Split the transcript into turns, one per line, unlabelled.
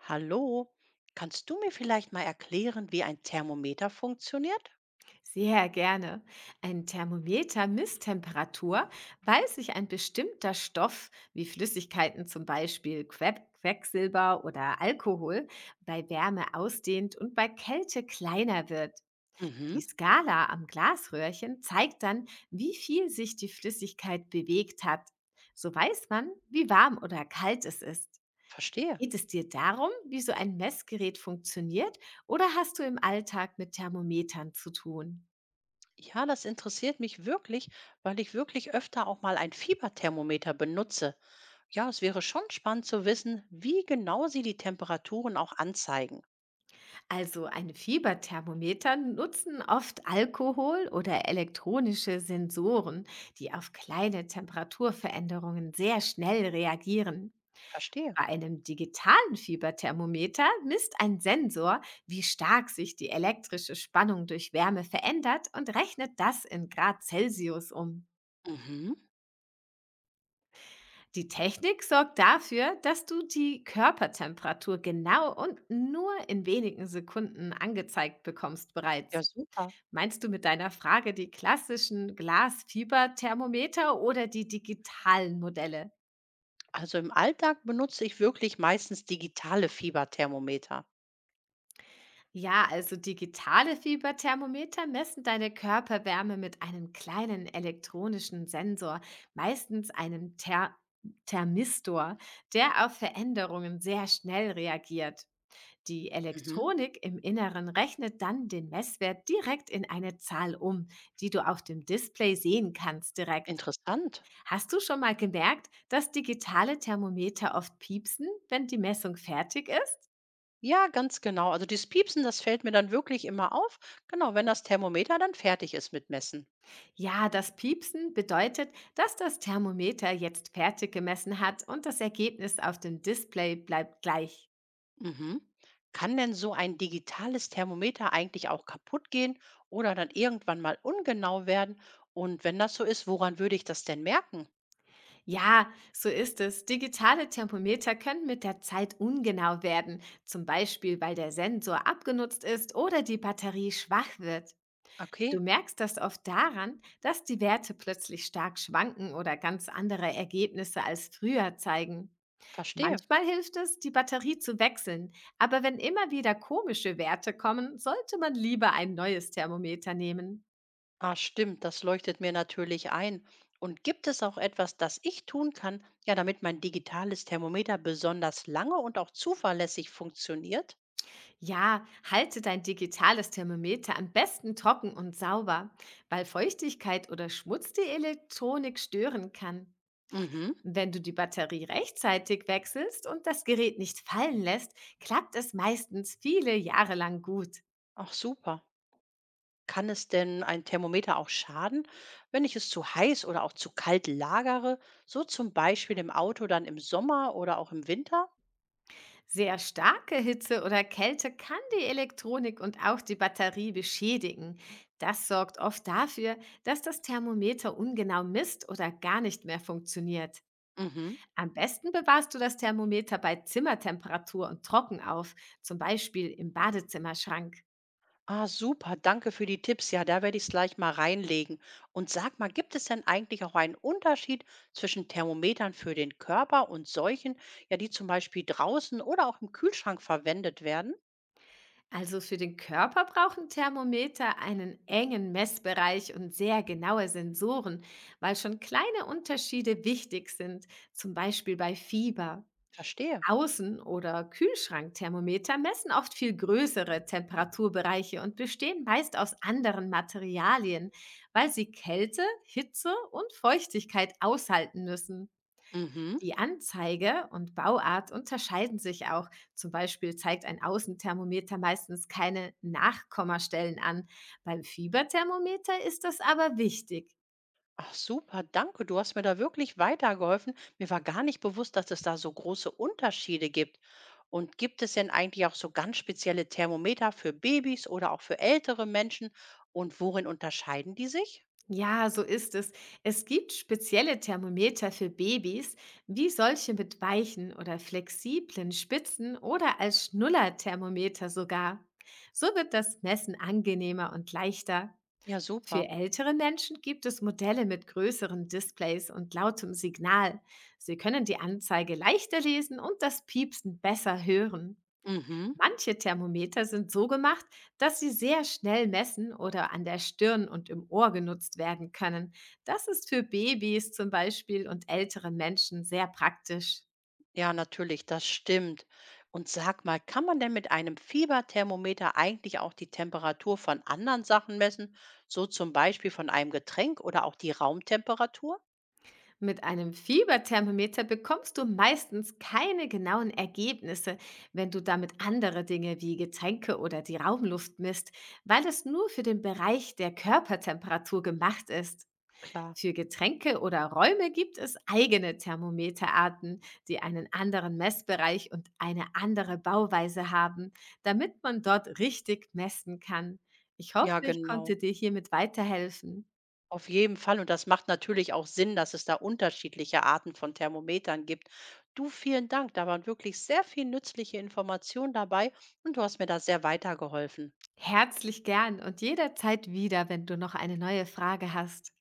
Hallo, kannst du mir vielleicht mal erklären, wie ein Thermometer funktioniert?
Sehr gerne. Ein Thermometer misst Temperatur, weil sich ein bestimmter Stoff, wie Flüssigkeiten zum Beispiel Quecksilber oder Alkohol, bei Wärme ausdehnt und bei Kälte kleiner wird.
Mhm,
Die Skala am Glasröhrchen zeigt dann, wie viel sich die Flüssigkeit bewegt hat. So weiß man, wie warm oder kalt es ist.
verstehe.
Geht es dir darum, wie so ein Messgerät funktioniert, oder hast du im Alltag mit Thermometern zu tun?
Ja, das interessiert mich wirklich, weil ich wirklich öfter auch mal ein Fieberthermometer benutze. Ja, es wäre schon spannend zu wissen, wie genau sie die Temperaturen auch anzeigen.
Also ein Fieberthermometer nutzen oft Alkohol oder elektronische Sensoren, die auf kleine Temperaturveränderungen sehr schnell reagieren.
Verstehe.
Bei einem digitalen Fieberthermometer misst ein Sensor, wie stark sich die elektrische Spannung durch Wärme verändert und rechnet das in Grad Celsius um.
Mhm.
Die Technik sorgt dafür, dass du die Körpertemperatur genau und nur in wenigen Sekunden angezeigt bekommst
Ja,
bereits.
super.
Meinst du mit deiner Frage die klassischen Glasfieberthermometer oder die digitalen Modelle?
Also im Alltag benutze ich wirklich meistens digitale Fieberthermometer.
Ja, also digitale Fieberthermometer messen deine Körperwärme mit einem kleinen elektronischen Sensor, meistens einem Thermistor, der auf Veränderungen sehr schnell reagiert. Die
Mhm.
Elektronik im Inneren rechnet dann den Messwert direkt in eine Zahl um, die du auf dem Display sehen kannst direkt.
Interessant.
Hast du schon mal gemerkt, dass digitale Thermometer oft piepsen, wenn die Messung fertig ist?
Ja, ganz genau. Also dieses Piepsen, das fällt mir dann wirklich immer auf. Genau, wenn das Thermometer dann fertig ist mit Messen.
Ja, das Piepsen bedeutet, dass das Thermometer jetzt fertig gemessen hat und das Ergebnis auf dem Display bleibt gleich.
Mhm. Kann denn so ein digitales Thermometer eigentlich auch kaputt gehen oder dann irgendwann mal ungenau werden? Und wenn das so ist, woran würde ich das denn merken?
Ja, so ist es. Digitale Thermometer können mit der Zeit ungenau werden, zum Beispiel weil der Sensor abgenutzt ist oder die Batterie schwach wird. Du
Okay,
merkst das oft daran, dass die Werte plötzlich stark schwanken oder ganz andere Ergebnisse als früher zeigen.
verstehe.
Manchmal hilft es, die Batterie zu wechseln, aber wenn immer wieder komische Werte kommen, sollte man lieber ein neues Thermometer nehmen.
Ah, stimmt, das leuchtet mir natürlich ein. Und gibt es auch etwas, das ich tun kann, ja, damit mein digitales Thermometer besonders lange und auch zuverlässig funktioniert?
Ja, halte dein digitales Thermometer am besten trocken und sauber, weil Feuchtigkeit oder Schmutz die Elektronik stören kann.
Mhm.
Wenn du die Batterie rechtzeitig wechselst und das Gerät nicht fallen lässt, klappt es meistens viele Jahre lang gut.
Ach, super. Kann es denn ein Thermometer auch schaden, wenn ich es zu heiß oder auch zu kalt lagere? So zum Beispiel im Auto dann im Sommer oder auch im Winter?
Sehr starke Hitze oder Kälte kann die Elektronik und auch die Batterie beschädigen. Das sorgt oft dafür, dass das Thermometer ungenau misst oder gar nicht mehr funktioniert.
Mhm.
Am besten bewahrst du das Thermometer bei Zimmertemperatur und trocken auf, zum Beispiel im Badezimmerschrank.
Ah, super, danke für die Tipps. Ja, da werde ich es gleich mal reinlegen. Und sag mal, gibt es denn eigentlich auch einen Unterschied zwischen Thermometern für den Körper und solchen, ja, die zum Beispiel draußen oder auch im Kühlschrank verwendet werden?
Also für den Körper brauchen Thermometer einen engen Messbereich und sehr genaue Sensoren, weil schon kleine Unterschiede wichtig sind, zum Beispiel bei Fieber.
Verstehe.
Außen- oder Kühlschrankthermometer messen oft viel größere Temperaturbereiche und bestehen meist aus anderen Materialien, weil sie Kälte, Hitze und Feuchtigkeit aushalten müssen.
Mhm.
Die Anzeige und Bauart unterscheiden sich auch. Zum Beispiel zeigt ein Außenthermometer meistens keine Nachkommastellen an. Beim Fieberthermometer ist das aber wichtig.
Ach, super, danke. Du hast mir da wirklich weitergeholfen. Mir war gar nicht bewusst, dass es da so große Unterschiede gibt. Und gibt es denn eigentlich auch so ganz spezielle Thermometer für Babys oder auch für ältere Menschen? Und worin unterscheiden die sich?
Ja, so ist es. Es gibt spezielle Thermometer für Babys, wie solche mit weichen oder flexiblen Spitzen oder als Schnullerthermometer sogar. So wird das Messen angenehmer und leichter.
Ja,
Für
super.
ältere Menschen gibt es Modelle mit größeren Displays und lautem Signal. Sie können die Anzeige leichter lesen und das Piepsen besser hören.
Mhm.
Manche Thermometer sind so gemacht, dass sie sehr schnell messen oder an der Stirn und im Ohr genutzt werden können. Das ist für Babys zum Beispiel und ältere Menschen sehr praktisch.
Ja, natürlich, das stimmt. Und sag mal, kann man denn mit einem Fieberthermometer eigentlich auch die Temperatur von anderen Sachen messen? So zum Beispiel von einem Getränk oder auch die Raumtemperatur?
Mit einem Fieberthermometer bekommst du meistens keine genauen Ergebnisse, wenn du damit andere Dinge wie Getränke oder die Raumluft misst, weil es nur für den Bereich der Körpertemperatur gemacht ist.
Klar.
Für Getränke oder Räume gibt es eigene Thermometerarten, die einen anderen Messbereich und eine andere Bauweise haben, damit man dort richtig messen kann. Ich hoffe,
Ja,
ich
genau.
konnte dir hiermit weiterhelfen.
Auf jeden Fall. Und das macht natürlich auch Sinn, dass es da unterschiedliche Arten von Thermometern gibt. Du, vielen Dank. Da waren wirklich sehr viel nützliche Informationen dabei und du hast mir da sehr weitergeholfen.
Herzlich gern und jederzeit wieder, wenn du noch eine neue Frage hast.